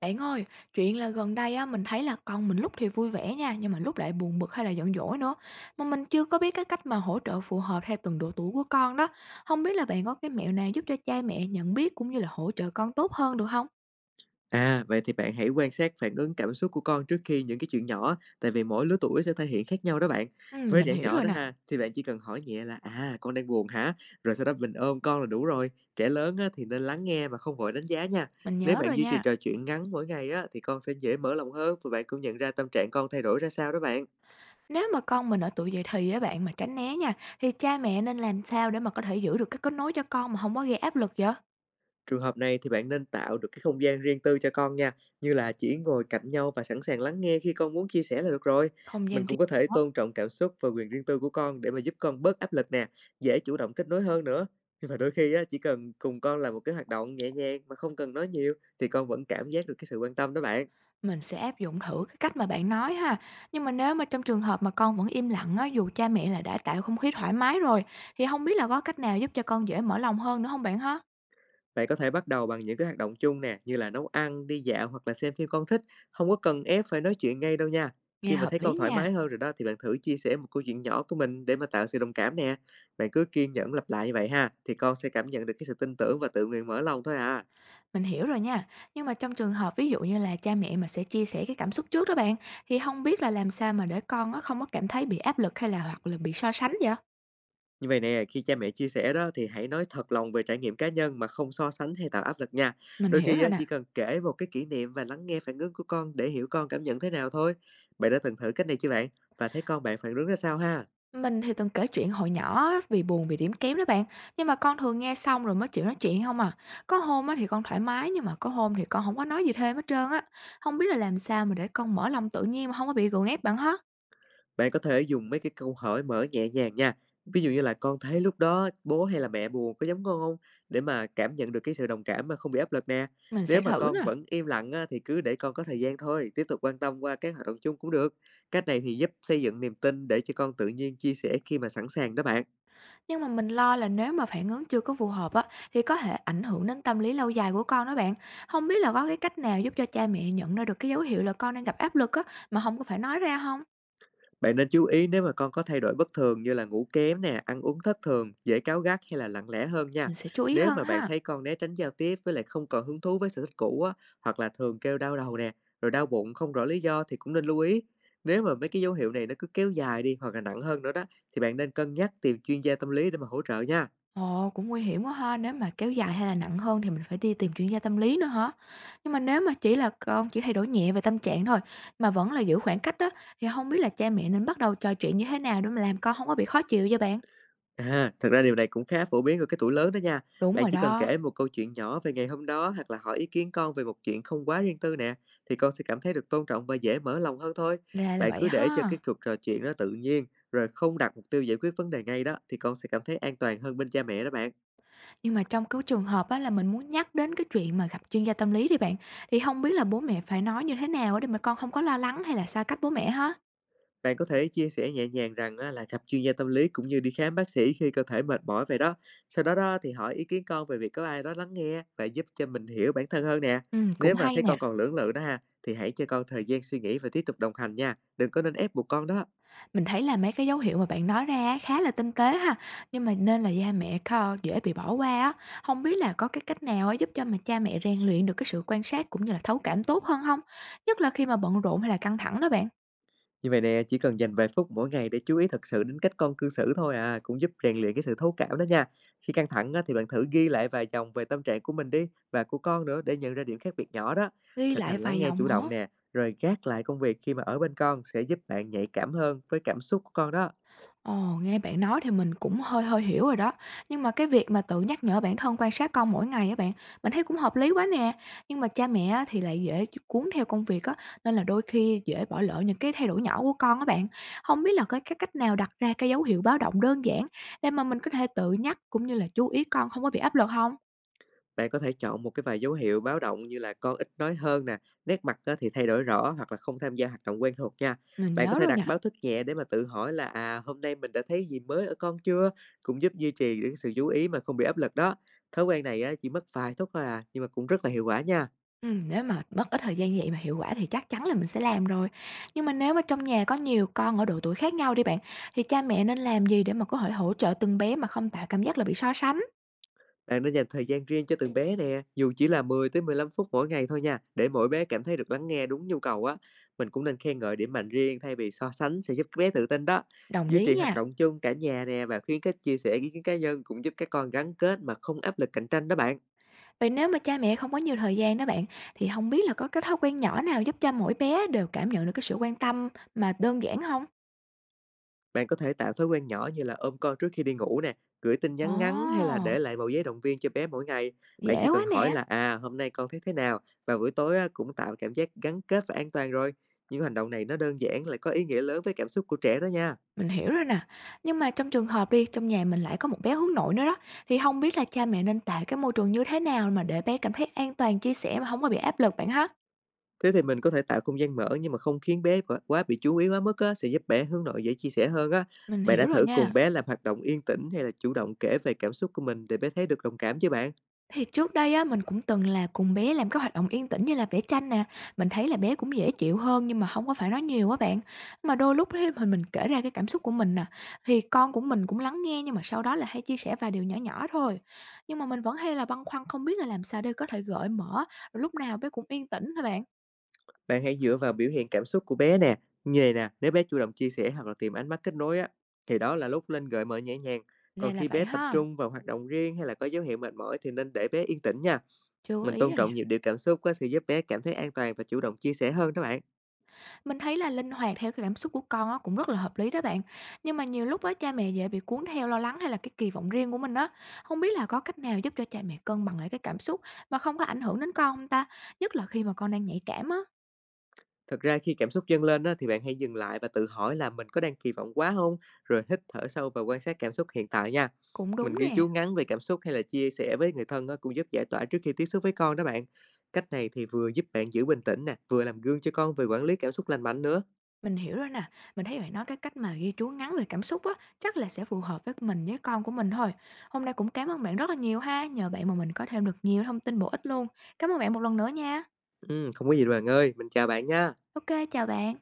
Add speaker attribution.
Speaker 1: Bạn ơi, chuyện là gần đây á, mình thấy là con mình lúc thì vui vẻ nha, nhưng mà lúc lại buồn bực hay là giận dỗi nữa. Mà mình chưa có biết cái cách mà hỗ trợ phù hợp theo từng độ tuổi của con đó. Không biết là bạn có cái mẹo nào giúp cho cha mẹ nhận biết cũng như là hỗ trợ con tốt hơn được không?
Speaker 2: À, vậy thì bạn hãy quan sát phản ứng cảm xúc của con trước khi những cái chuyện nhỏ, tại vì mỗi lứa tuổi sẽ thể hiện khác nhau đó bạn.
Speaker 1: Ừ,
Speaker 2: Với
Speaker 1: mình
Speaker 2: trẻ
Speaker 1: hiểu
Speaker 2: nhỏ
Speaker 1: rồi
Speaker 2: đó
Speaker 1: nè,
Speaker 2: ha, thì bạn chỉ cần hỏi nhẹ là à con đang buồn hả? Rồi sau đó mình ôm con là đủ rồi. Trẻ lớn á, thì nên lắng nghe mà không vội đánh giá nha.
Speaker 1: mình
Speaker 2: Nếu
Speaker 1: nhớ
Speaker 2: bạn
Speaker 1: rồi
Speaker 2: duy trì
Speaker 1: nha.
Speaker 2: trò chuyện ngắn mỗi ngày á, thì con sẽ dễ mở lòng hơn và bạn cũng nhận ra tâm trạng con thay đổi ra sao đó bạn.
Speaker 1: Nếu mà con mình ở tuổi dậy thì á bạn mà tránh né nha, thì cha mẹ nên làm sao để mà có thể giữ được cái kết nối cho con mà không có gây áp lực vậy?
Speaker 2: Trường hợp này thì bạn nên tạo được cái không gian riêng tư cho con nha, như là chỉ ngồi cạnh nhau và sẵn sàng lắng nghe khi con muốn chia sẻ là được rồi.
Speaker 1: Không
Speaker 2: Mình
Speaker 1: gian
Speaker 2: cũng có thể
Speaker 1: riêng.
Speaker 2: tôn trọng cảm xúc và quyền riêng tư của con để mà giúp con bớt áp lực nè, dễ chủ động kết nối hơn nữa. Và đôi khi á, chỉ cần cùng con làm một cái hoạt động nhẹ nhàng mà không cần nói nhiều thì con vẫn cảm giác được cái sự quan tâm đó bạn.
Speaker 1: Mình sẽ áp dụng thử cái cách mà bạn nói ha. Nhưng mà nếu mà trong trường hợp mà con vẫn im lặng á, dù cha mẹ là đã tạo không khí thoải mái rồi, thì không biết là có cách nào giúp cho con dễ mở lòng hơn nữa không bạn ha?
Speaker 2: Bạn có thể bắt đầu bằng những cái hoạt động chung nè, như là nấu ăn, đi dạo hoặc là xem phim con thích, không có cần ép phải nói chuyện ngay đâu nha.
Speaker 1: Nghe
Speaker 2: Khi mà
Speaker 1: hợp
Speaker 2: thấy
Speaker 1: lý
Speaker 2: con thoải
Speaker 1: nha,
Speaker 2: mái hơn rồi đó thì bạn thử chia sẻ một câu chuyện nhỏ của mình để mà tạo sự đồng cảm nè. Bạn cứ kiên nhẫn lặp lại như vậy ha, thì con sẽ cảm nhận được cái sự tin tưởng và tự nguyện mở lòng thôi à.
Speaker 1: mình hiểu rồi nha. Nhưng mà trong trường hợp ví dụ như là cha mẹ mà sẽ chia sẻ cái cảm xúc trước đó bạn, thì không biết là làm sao mà để con á không có cảm thấy bị áp lực hay là hoặc là bị so sánh vậy?
Speaker 2: Như vậy nè, khi cha mẹ chia sẻ đó thì hãy nói thật lòng về trải nghiệm cá nhân mà không so sánh hay tạo áp lực nha.
Speaker 1: Mình
Speaker 2: Đôi
Speaker 1: hiểu
Speaker 2: khi
Speaker 1: rồi
Speaker 2: á,
Speaker 1: nè.
Speaker 2: chỉ cần kể một cái kỷ niệm và lắng nghe phản ứng của con để hiểu con cảm nhận thế nào thôi. Bạn đã từng thử cách này chưa bạn? Và thấy con bạn phản ứng ra sao ha?
Speaker 1: Mình thì từng kể chuyện hồi nhỏ á, vì buồn vì điểm kém đó bạn. Nhưng mà con thường nghe xong rồi mới chịu nói chuyện không à. Có hôm á thì con thoải mái nhưng mà có hôm thì con không có nói gì thêm hết trơn á. Không biết là làm sao mà để con mở lòng tự nhiên mà không có bị gượng ép bạn hết.
Speaker 2: Bạn có thể dùng mấy cái câu hỏi mở nhẹ nhàng nha. Ví dụ như là con thấy lúc đó bố hay là mẹ buồn có giống con không? Để mà cảm nhận được cái sự đồng cảm mà không bị áp lực nè.
Speaker 1: Mình
Speaker 2: Nếu
Speaker 1: sẽ
Speaker 2: mà
Speaker 1: thử
Speaker 2: con
Speaker 1: nè.
Speaker 2: vẫn im lặng á, thì cứ để con có thời gian thôi, tiếp tục quan tâm qua các hoạt động chung cũng được. Cách này thì giúp xây dựng niềm tin để cho con tự nhiên chia sẻ khi mà sẵn sàng đó bạn.
Speaker 1: Nhưng mà mình lo là nếu mà phản ứng chưa có phù hợp á, thì có thể ảnh hưởng đến tâm lý lâu dài của con đó bạn. Không biết là có cái cách nào giúp cho cha mẹ nhận ra được cái dấu hiệu là con đang gặp áp lực á, mà không có phải nói ra không?
Speaker 2: Bạn nên chú ý nếu mà con có thay đổi bất thường như là ngủ kém nè, ăn uống thất thường, dễ cáu gắt hay là lặng lẽ hơn nha.
Speaker 1: Mình sẽ chú ý
Speaker 2: Nếu
Speaker 1: hơn
Speaker 2: mà bạn
Speaker 1: ha.
Speaker 2: thấy con né tránh giao tiếp với lại không còn hứng thú với sở thích cũ á, hoặc là thường kêu đau đầu nè, rồi đau bụng không rõ lý do thì cũng nên lưu ý. Nếu mà mấy cái dấu hiệu này nó cứ kéo dài đi hoặc là nặng hơn nữa đó thì bạn nên cân nhắc tìm chuyên gia tâm lý để mà hỗ trợ nha.
Speaker 1: Ồ, cũng nguy hiểm quá ha, nếu mà kéo dài hay là nặng hơn thì mình phải đi tìm chuyên gia tâm lý nữa hả? Nhưng mà nếu mà chỉ là con chỉ thay đổi nhẹ về tâm trạng thôi, mà vẫn là giữ khoảng cách đó, thì không biết là cha mẹ nên bắt đầu trò chuyện như thế nào để mà làm con không có bị khó chịu cho bạn?
Speaker 2: À, thật ra điều này cũng khá phổ biến ở cái tuổi lớn đó nha.
Speaker 1: Đúng
Speaker 2: Bạn
Speaker 1: rồi
Speaker 2: chỉ cần
Speaker 1: đó,
Speaker 2: kể một câu chuyện nhỏ về ngày hôm đó hoặc là hỏi ý kiến con về một chuyện không quá riêng tư nè, thì con sẽ cảm thấy được tôn trọng và dễ mở lòng hơn thôi.
Speaker 1: ra là
Speaker 2: Bạn
Speaker 1: vậy
Speaker 2: cứ để cho
Speaker 1: ha.
Speaker 2: cái cuộc trò chuyện nó tự nhiên, rồi không đặt mục tiêu giải quyết vấn đề ngay đó, thì con sẽ cảm thấy an toàn hơn bên cha mẹ đó bạn.
Speaker 1: Nhưng mà trong cái trường hợp á là mình muốn nhắc đến cái chuyện mà gặp chuyên gia tâm lý thì bạn, thì không biết là bố mẹ phải nói như thế nào á để mà con không có lo lắng hay là xa cách bố mẹ ha?
Speaker 2: Bạn có thể chia sẻ nhẹ nhàng rằng á, là gặp chuyên gia tâm lý cũng như đi khám bác sĩ khi cơ thể mệt mỏi vậy đó. Sau đó đó thì hỏi ý kiến con về việc có ai đó lắng nghe và giúp cho mình hiểu bản thân hơn nè.
Speaker 1: Ừ, cũng
Speaker 2: Nếu mà
Speaker 1: hay
Speaker 2: thấy
Speaker 1: nè.
Speaker 2: con còn lưỡng lự đó ha, thì hãy cho con thời gian suy nghĩ và tiếp tục đồng hành nha. Đừng có nên ép buộc con đó.
Speaker 1: Mình thấy là mấy cái dấu hiệu mà bạn nói ra á khá là tinh tế ha, nhưng mà nên là da mẹ kho dễ bị bỏ qua á. Không biết là có cái cách nào á giúp cho mà cha mẹ rèn luyện được cái sự quan sát cũng như là thấu cảm tốt hơn không? Nhất là khi mà bận rộn hay là căng thẳng đó bạn?
Speaker 2: Như vậy nè, chỉ cần dành vài phút mỗi ngày để chú ý thật sự đến cách con cư xử thôi à, cũng giúp rèn luyện cái sự thấu cảm đó nha. Khi căng thẳng á, thì bạn thử ghi lại vài dòng về tâm trạng của mình đi, và của con nữa để nhận ra điểm khác biệt nhỏ đó.
Speaker 1: Ghi
Speaker 2: Thực
Speaker 1: lại
Speaker 2: hành lắng
Speaker 1: vài
Speaker 2: nghe
Speaker 1: dòng
Speaker 2: chủ động
Speaker 1: hả?
Speaker 2: nè, rồi gác lại công việc khi mà ở bên con sẽ giúp bạn nhạy cảm hơn với cảm xúc của con đó.
Speaker 1: Ồ, nghe bạn nói thì mình cũng hơi hơi hiểu rồi đó. Nhưng mà cái việc mà tự nhắc nhở bản thân quan sát con mỗi ngày á bạn, mình thấy cũng hợp lý quá nè. Nhưng mà cha mẹ á thì lại dễ cuốn theo công việc á, nên là đôi khi dễ bỏ lỡ những cái thay đổi nhỏ của con á bạn. Không biết là cái cách nào đặt ra cái dấu hiệu báo động đơn giản để mà mình có thể tự nhắc cũng như là chú ý con không có bị áp lực không?
Speaker 2: Bạn có thể chọn một cái vài dấu hiệu báo động như là con ít nói hơn nè, nét mặt á thì thay đổi rõ hoặc là không tham gia hoạt động quen thuộc nha.
Speaker 1: Mình
Speaker 2: Bạn có
Speaker 1: nhớ
Speaker 2: thể
Speaker 1: rồi nè.
Speaker 2: đặt báo thức nhẹ để mà tự hỏi là à hôm nay mình đã thấy gì mới ở con chưa, cũng giúp duy trì được cái sự chú ý mà không bị áp lực đó. Thói quen này á, chỉ mất vài phút thôi à, nhưng mà cũng rất là hiệu quả nha.
Speaker 1: Nếu mà mất ít thời gian như vậy mà hiệu quả thì chắc chắn là mình sẽ làm rồi. Nhưng mà nếu mà trong nhà có nhiều con ở độ tuổi khác nhau đi bạn, thì cha mẹ nên làm gì để mà có thể hỗ trợ từng bé mà không tạo cảm giác là bị so sánh?
Speaker 2: Bạn nên dành thời gian riêng cho từng bé nè, dù chỉ là 10 tới 15 phút mỗi ngày thôi nha, để mỗi bé cảm thấy được lắng nghe đúng nhu cầu á. Mình cũng nên khen ngợi điểm mạnh riêng thay vì so sánh sẽ giúp các bé tự tin đó.
Speaker 1: Đồng
Speaker 2: Duy
Speaker 1: ý
Speaker 2: trì hoạt
Speaker 1: nha.
Speaker 2: động chung cả nhà nè và khuyến khích chia sẻ ý kiến cá nhân cũng giúp các con gắn kết mà không áp lực cạnh tranh đó bạn.
Speaker 1: Vậy nếu mà cha mẹ không có nhiều thời gian đó bạn, thì không biết là có cái thói quen nhỏ nào giúp cho mỗi bé đều cảm nhận được cái sự quan tâm mà đơn giản không?
Speaker 2: Bạn có thể tạo thói quen nhỏ như là ôm con trước khi đi ngủ nè, gửi tin nhắn ngắn hay là để
Speaker 1: Ồ,
Speaker 2: lại một giấy động viên cho bé mỗi ngày. Bạn
Speaker 1: dễ
Speaker 2: chỉ
Speaker 1: quá
Speaker 2: cần hỏi
Speaker 1: nè.
Speaker 2: là à hôm nay con thấy thế nào và buổi tối á, cũng tạo cảm giác gắn kết và an toàn rồi. Những hành động này nó đơn giản lại có ý nghĩa lớn với cảm xúc của trẻ đó nha.
Speaker 1: Mình hiểu rồi nè. Nhưng mà trong trường hợp đi, trong nhà mình lại có một bé hướng nội nữa đó, thì không biết là cha mẹ nên tạo cái môi trường như thế nào mà để bé cảm thấy an toàn chia sẻ mà không có bị áp lực bạn ha?
Speaker 2: Thế thì mình có thể tạo không gian mở nhưng mà không khiến bé quá quá bị chú ý quá mức á, sẽ giúp bé hướng nội dễ chia sẻ hơn á.
Speaker 1: Mình
Speaker 2: Bạn đã
Speaker 1: hiểu rồi
Speaker 2: thử
Speaker 1: nha.
Speaker 2: cùng bé làm hoạt động yên tĩnh hay là chủ động kể về cảm xúc của mình để bé thấy được đồng cảm chứ bạn?
Speaker 1: Thì trước đây á, mình cũng từng là cùng bé làm các hoạt động yên tĩnh như là vẽ tranh nè, mình thấy là bé cũng dễ chịu hơn nhưng mà không có phải nói nhiều á bạn. Mà đôi lúc thì mình kể ra cái cảm xúc của mình nè, thì con của mình cũng lắng nghe nhưng mà sau đó là hay chia sẻ vài điều nhỏ nhỏ thôi. Nhưng mà mình vẫn hay là băn khoăn không biết là làm sao để có thể gợi mở, rồi lúc nào bé cũng yên tĩnh thôi bạn?
Speaker 2: Bạn hãy dựa vào biểu hiện cảm xúc của bé nè, như này nè, nếu bé chủ động chia sẻ hoặc là tìm ánh mắt kết nối á, thì đó là lúc nên gợi mở nhẹ nhàng.
Speaker 1: Ra
Speaker 2: Còn
Speaker 1: là
Speaker 2: khi
Speaker 1: vậy
Speaker 2: bé tập
Speaker 1: ha,
Speaker 2: trung vào hoạt động riêng hay là có dấu hiệu mệt mỏi thì nên để bé yên tĩnh nha.
Speaker 1: chưa có
Speaker 2: Mình
Speaker 1: ý
Speaker 2: tôn
Speaker 1: rồi nè.
Speaker 2: trọng nhịp điệu cảm xúc có sự giúp bé cảm thấy an toàn và chủ động chia sẻ hơn đó bạn.
Speaker 1: Mình thấy là linh hoạt theo cái cảm xúc của con á, cũng rất là hợp lý đó bạn. Nhưng mà nhiều lúc á, cha mẹ dễ bị cuốn theo lo lắng hay là cái kỳ vọng riêng của mình á. Không biết là có cách nào giúp cho cha mẹ cân bằng lại cái cảm xúc mà không có ảnh hưởng đến con không ta? Nhất là khi mà con đang nhạy cảm á.
Speaker 2: Thực ra khi cảm xúc dâng lên á, thì bạn hãy dừng lại và tự hỏi là mình có đang kỳ vọng quá không? Rồi hít thở sâu và quan sát cảm xúc hiện tại nha.
Speaker 1: Cũng đúng
Speaker 2: Mình ghi
Speaker 1: nè,
Speaker 2: chú ngắn về cảm xúc hay là chia sẻ với người thân á, cũng giúp giải tỏa trước khi tiếp xúc với con đó bạn. Cách này thì vừa giúp bạn giữ bình tĩnh nè, vừa làm gương cho con về quản lý cảm xúc lành mạnh nữa.
Speaker 1: mình hiểu rồi nè. Mình thấy bạn nói cái cách mà ghi chú ngắn về cảm xúc á, chắc là sẽ phù hợp với mình với con của mình thôi. Hôm nay cũng cảm ơn bạn rất là nhiều ha. Nhờ bạn mà mình có thêm được nhiều thông tin bổ ích luôn. Cảm ơn bạn một lần nữa nha.
Speaker 2: Ừ, không có gì đâu bạn ơi, mình chào bạn nha.
Speaker 1: Ok, chào bạn.